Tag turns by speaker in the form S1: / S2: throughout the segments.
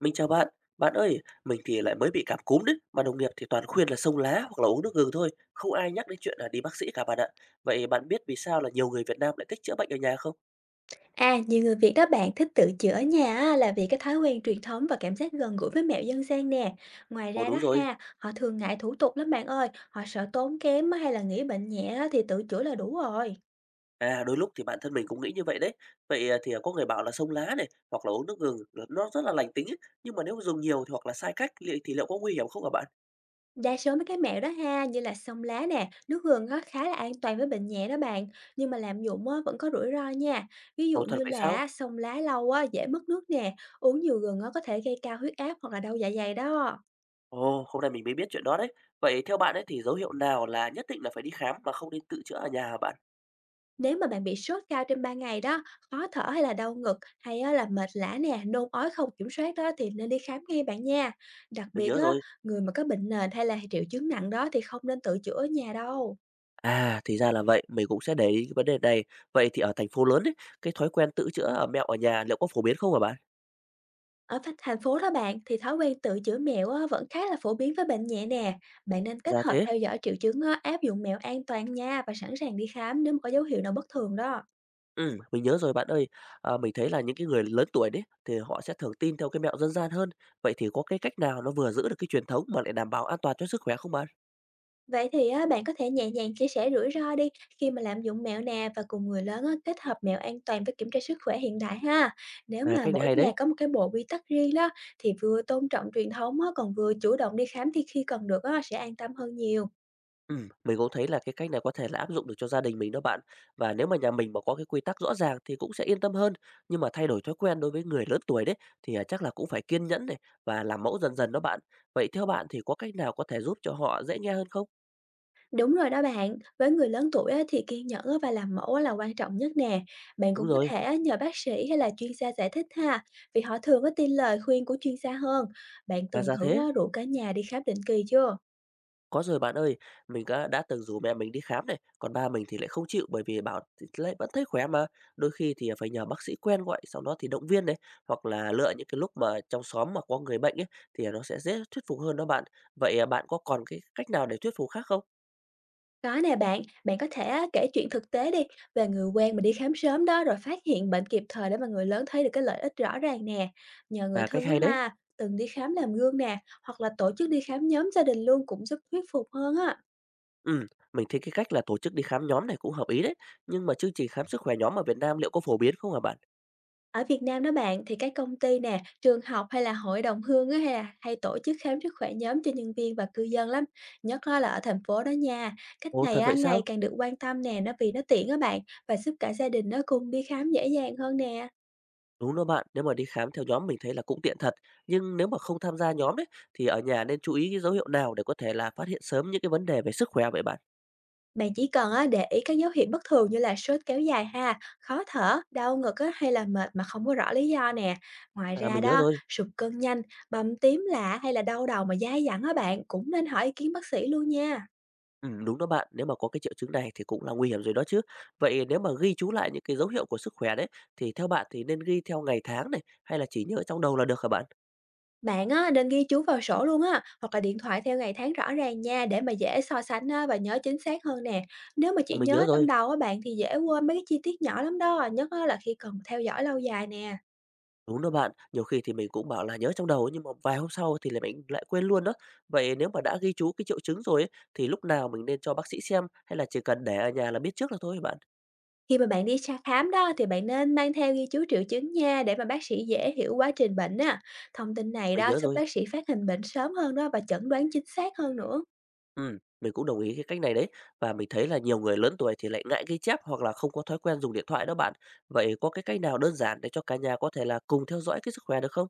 S1: Mình chào bạn. Bạn ơi, mình thì lại mới bị cảm cúm đấy, mà đồng nghiệp thì toàn khuyên là xông lá hoặc là uống nước gừng thôi, không ai nhắc đến chuyện là đi bác sĩ cả bạn ạ. Vậy bạn biết vì sao là nhiều người Việt Nam lại thích chữa bệnh ở nhà không?
S2: À, nhiều người Việt đó bạn thích tự chữa ở nhà á, là vì cái thói quen truyền thống và cảm giác gần gũi với mẹo dân gian nè. Ngoài
S1: Ồ
S2: ra đó
S1: đúng rồi,
S2: ha, họ thường ngại thủ tục lắm bạn ơi, họ sợ tốn kém á, hay là nghĩ bệnh nhẹ á, thì tự chữa là đủ rồi.
S1: à đôi lúc thì bản thân mình cũng nghĩ như vậy đấy. Vậy à, thì à, Có người bảo là xông lá này hoặc là uống nước gừng là nó rất là lành tính ấy, nhưng mà nếu dùng nhiều thì hoặc là sai thì liệu có nguy hiểm không hả bạn?
S2: Đa số mấy cái mẹo đó ha, như là xông lá nè, nước gừng á, khá là an toàn với bệnh nhẹ đó bạn, nhưng mà làm dụng á, vẫn có rủi ro nha. Ví dụ
S1: Ồ thật
S2: như
S1: vậy sao?
S2: là xông lá lâu á, dễ mất nước nè, uống nhiều gừng á, có thể gây cao huyết áp hoặc là đau dạ dày đó.
S1: Ồ, hôm nay mình mới biết chuyện đó đấy. Vậy theo bạn ấy thì dấu hiệu nào là nhất định là phải đi khám mà không nên tự chữa ở nhà hả bạn?
S2: Nếu mà bạn bị sốt cao trên 3 ngày đó, khó thở hay là đau ngực hay á là mệt lả nè, nôn ói không kiểm soát đó thì nên đi khám ngay bạn nha. Đặc
S1: Mình
S2: biệt
S1: nhớ
S2: á,
S1: rồi.
S2: người mà có bệnh nền hay là triệu chứng nặng đó thì không nên tự chữa ở nhà đâu.
S1: À, thì ra là vậy, mình cũng sẽ để ý cái vấn đề này. Vậy thì ở thành phố lớn ấy, cái thói quen tự chữa ở mẹo ở nhà liệu có phổ biến không hả bạn?
S2: Ở thành thành phố đó bạn thì thói quen tự chữa mẹo á, vẫn khá là phổ biến với bệnh nhẹ nè. Bạn nên kết
S1: Ra
S2: hợp
S1: thế.
S2: theo dõi triệu chứng á, áp dụng mẹo an toàn nha, và sẵn sàng đi khám nếu mà có dấu hiệu nào bất thường đó.
S1: Mình nhớ rồi bạn ơi. À, mình thấy là những cái người lớn tuổi đấy thì họ sẽ thường tin theo cái mẹo dân gian hơn. Vậy thì có cái cách nào nó vừa giữ được cái truyền thống mà lại đảm bảo an toàn cho sức khỏe không bạn?
S2: Vậy thì á, bạn có thể nhẹ nhàng chia sẻ rủi ro đi khi mà lạm dụng mẹo nè, và cùng người lớn á, kết hợp mẹo an toàn với kiểm tra sức khỏe hiện đại ha. Nếu
S1: À,
S2: mà
S1: cách này
S2: mỗi
S1: hay
S2: nhà
S1: đấy.
S2: có một cái bộ quy tắc riêng đó thì vừa tôn trọng truyền thống á, còn vừa chủ động đi khám thì khi cần được á, sẽ an tâm hơn nhiều.
S1: Mình cũng thấy là cái cách này có thể là áp dụng được cho gia đình mình đó bạn. Và nếu mà nhà mình mà có cái quy tắc rõ ràng thì cũng sẽ yên tâm hơn. Nhưng mà thay đổi thói quen đối với người lớn tuổi đấy chắc là cũng phải kiên nhẫn này và làm mẫu dần dần đó bạn. Vậy theo bạn thì có cách nào có thể giúp cho họ dễ nghe hơn không?
S2: Đúng rồi đó bạn, với người lớn tuổi á, thì kiên nhẫn á, và làm mẫu á, là quan trọng nhất nè. Bạn
S1: Đúng
S2: cũng có
S1: rồi,
S2: thể á, nhờ bác sĩ hay là chuyên gia giải thích ha, vì họ thường có tin lời khuyên của chuyên gia hơn. Bạn
S1: và
S2: từng
S1: ra
S2: thử
S1: thế.
S2: á, rủ cả nhà đi khám định kỳ chưa?
S1: Có rồi bạn ơi, mình đã từng rủ mẹ mình đi khám này, còn ba mình thì lại không chịu bởi vì bảo thì lại vẫn thấy khỏe mà. Đôi khi thì phải nhờ bác sĩ quen gọi, sau đó thì động viên đấy hoặc là lựa những cái lúc mà trong xóm mà có người bệnh ấy thì nó sẽ dễ thuyết phục hơn đó bạn. Vậy à, bạn có còn cái cách nào để thuyết phục khác không?
S2: Có nè bạn, bạn có thể á, kể chuyện thực tế đi về người quen mà đi khám sớm đó rồi phát hiện bệnh kịp thời, để mà người lớn thấy được cái lợi ích rõ ràng nè. Nhờ người
S1: À, cách
S2: thân á
S1: hay đấy.
S2: ha, từng đi khám làm gương nè, hoặc là tổ chức đi khám nhóm gia đình luôn cũng giúp thuyết phục hơn á.
S1: Ừ, mình thấy cái cách là tổ chức đi khám nhóm này cũng hợp ý đấy. Nhưng mà chương trình khám sức khỏe nhóm ở Việt Nam liệu có phổ biến không hả bạn?
S2: Ở Việt Nam đó bạn, thì các công ty nè, trường học hay là hội đồng hương á, hay là hay tổ chức khám sức khỏe nhóm cho nhân viên và cư dân lắm. Nhất á là ở thành phố đó nha. Cách
S1: Ồ,
S2: này
S1: thật
S2: á
S1: vậy
S2: ngày
S1: sao?
S2: càng được quan tâm nè, nó vì nó tiện á bạn, và giúp cả gia đình nó cùng đi khám dễ dàng hơn nè.
S1: Đúng đó bạn, nếu mà đi khám theo nhóm mình thấy là cũng tiện thật, nhưng nếu mà không tham gia nhóm đấy thì ở nhà nên chú ý cái dấu hiệu nào để có thể là phát hiện sớm những cái vấn đề về sức khỏe vậy bạn?
S2: Bạn chỉ cần á, để ý các dấu hiệu bất thường như là sốt kéo dài ha, khó thở, đau ngực á, hay là mệt mà không có rõ lý do nè. Ngoài
S1: À
S2: ra
S1: mình nhớ
S2: đó,
S1: rồi.
S2: sụt cân nhanh, bầm tím lạ hay là đau đầu mà dai dẳng á, bạn cũng nên hỏi ý kiến bác sĩ luôn nha.
S1: Ừ, đúng đó bạn, nếu mà có cái triệu chứng này thì cũng là nguy hiểm rồi đó chứ. Vậy nếu mà ghi chú lại những cái dấu hiệu của sức khỏe đấy thì theo bạn thì nên ghi theo ngày tháng này hay là chỉ nhớ trong đầu là được hả bạn?
S2: Bạn á, nên ghi chú vào sổ luôn á, hoặc là điện thoại theo ngày tháng rõ ràng nha, để mà dễ so sánh á, và nhớ chính xác hơn nè. Nếu mà
S1: À,
S2: chỉ
S1: mình nhớ
S2: nhớ trong
S1: rồi.
S2: đầu á bạn thì dễ quên mấy cái chi tiết nhỏ lắm đó, nhất á, là khi cần theo dõi lâu dài nè.
S1: Đúng đó bạn, nhiều khi thì mình cũng bảo là nhớ trong đầu ấy, nhưng mà vài hôm sau thì mình lại quên luôn đó. Vậy nếu mà đã ghi chú cái triệu chứng rồi ấy, thì lúc nào mình nên cho bác sĩ xem hay là chỉ cần để ở nhà là biết trước là thôi bạn?
S2: Khi mà bạn đi khám đó thì bạn nên mang theo ghi chú triệu chứng nha, để mà bác sĩ dễ hiểu quá trình bệnh á. Thông tin này
S1: Mình
S2: đó
S1: nhớ
S2: giúp
S1: rồi.
S2: bác sĩ phát hiện bệnh sớm hơn đó, và chẩn đoán chính xác hơn nữa.
S1: Ừ, mình cũng đồng ý cái cách này đấy. Và mình thấy là nhiều người lớn tuổi thì lại ngại ghi chép hoặc là không có thói quen dùng điện thoại đó bạn. Vậy có cái cách nào đơn giản để cho cả nhà có thể là cùng theo dõi cái sức khỏe được không?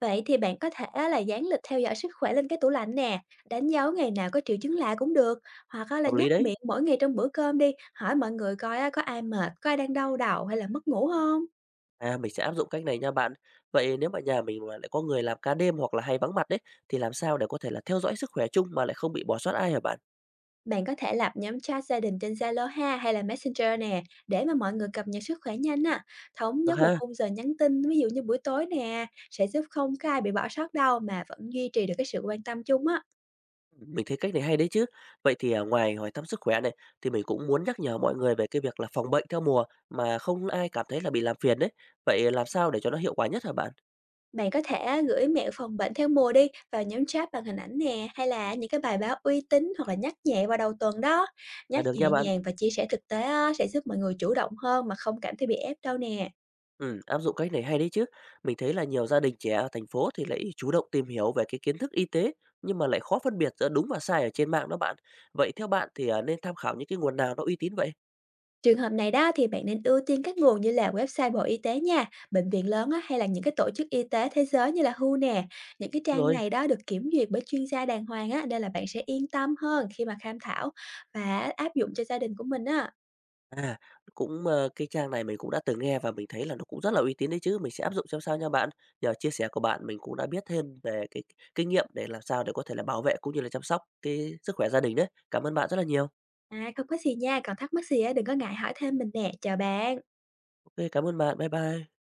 S2: Vậy thì bạn có thể á là dán lịch theo dõi sức khỏe lên cái tủ lạnh nè, đánh dấu ngày nào có triệu chứng lạ cũng được, hoặc á là
S1: Hợp
S2: nhắc
S1: lý đấy.
S2: miệng mỗi ngày trong bữa cơm đi, hỏi mọi người coi á, có ai mệt, có ai đang đau đầu hay là mất ngủ không?
S1: À, mình sẽ áp dụng cách này nha bạn. Vậy nếu mà nhà mình mà lại có người làm ca đêm hoặc là hay vắng mặt đấy, thì làm sao để có thể là theo dõi sức khỏe chung mà lại không bị bỏ sót ai hả bạn?
S2: Bạn có thể lập nhóm chat gia đình trên Zalo ha, hay là Messenger nè, để mà mọi người cập nhật sức khỏe nhanh á. Thống
S1: Được
S2: nhất một
S1: ha?
S2: khung giờ nhắn tin, ví dụ như buổi tối nè, sẽ giúp không có ai bị bỏ sót đâu mà vẫn duy trì được cái sự quan tâm chung á.
S1: Ừ. Mình thấy cách này hay đấy chứ. Ngoài hỏi thăm sức khỏe này, thì mình cũng muốn nhắc nhở mọi người về cái việc là phòng bệnh theo mùa mà không ai cảm thấy là bị làm phiền đấy. Vậy làm sao để cho nó hiệu quả nhất hả bạn?
S2: Bạn có thể gửi mẹo phòng bệnh theo mùa đi vào nhóm chat bằng hình ảnh nè, hay là những cái bài báo uy tín, hoặc là nhắc nhẹ vào đầu tuần đó.
S1: À,
S2: Nhắc
S1: được nha
S2: nhẹ
S1: bạn.
S2: nhàng và chia sẻ thực tế á, sẽ giúp mọi người chủ động hơn mà không cảm thấy bị ép đâu nè.
S1: Ừ, áp dụng cách này hay đấy chứ. Mình thấy là nhiều gia đình trẻ ở thành phố thì lại chủ động tìm hiểu về cái kiến thức y tế nhưng mà lại khó phân biệt giữa đúng và sai ở trên mạng đó bạn. Vậy theo bạn nên tham khảo những cái nguồn nào nó uy tín vậy?
S2: Trường hợp này đó thì bạn nên ưu tiên các nguồn như là website Bộ Y tế nha, bệnh viện lớn á, hay là những cái tổ chức y tế thế giới như là WHO nè. Những cái trang
S1: Rồi,
S2: này đó được kiểm duyệt bởi chuyên gia đàng hoàng á, nên là bạn sẽ yên tâm hơn khi mà tham khảo và áp dụng cho gia đình của mình á.
S1: à cái trang này mình cũng đã từng nghe và mình thấy là nó cũng rất là uy tín đấy chứ. Mình sẽ áp dụng xem sao nha bạn. Nhờ chia sẻ của bạn mình cũng đã biết thêm về cái kinh nghiệm để làm sao để có thể là bảo vệ cũng như là chăm sóc cái sức khỏe gia đình đấy. Cảm ơn bạn rất là nhiều.
S2: À, không có gì nha, còn thắc mắc gì á, đừng có ngại hỏi thêm mình nè, chào bạn.
S1: Ok, cảm ơn bạn. Bye bye.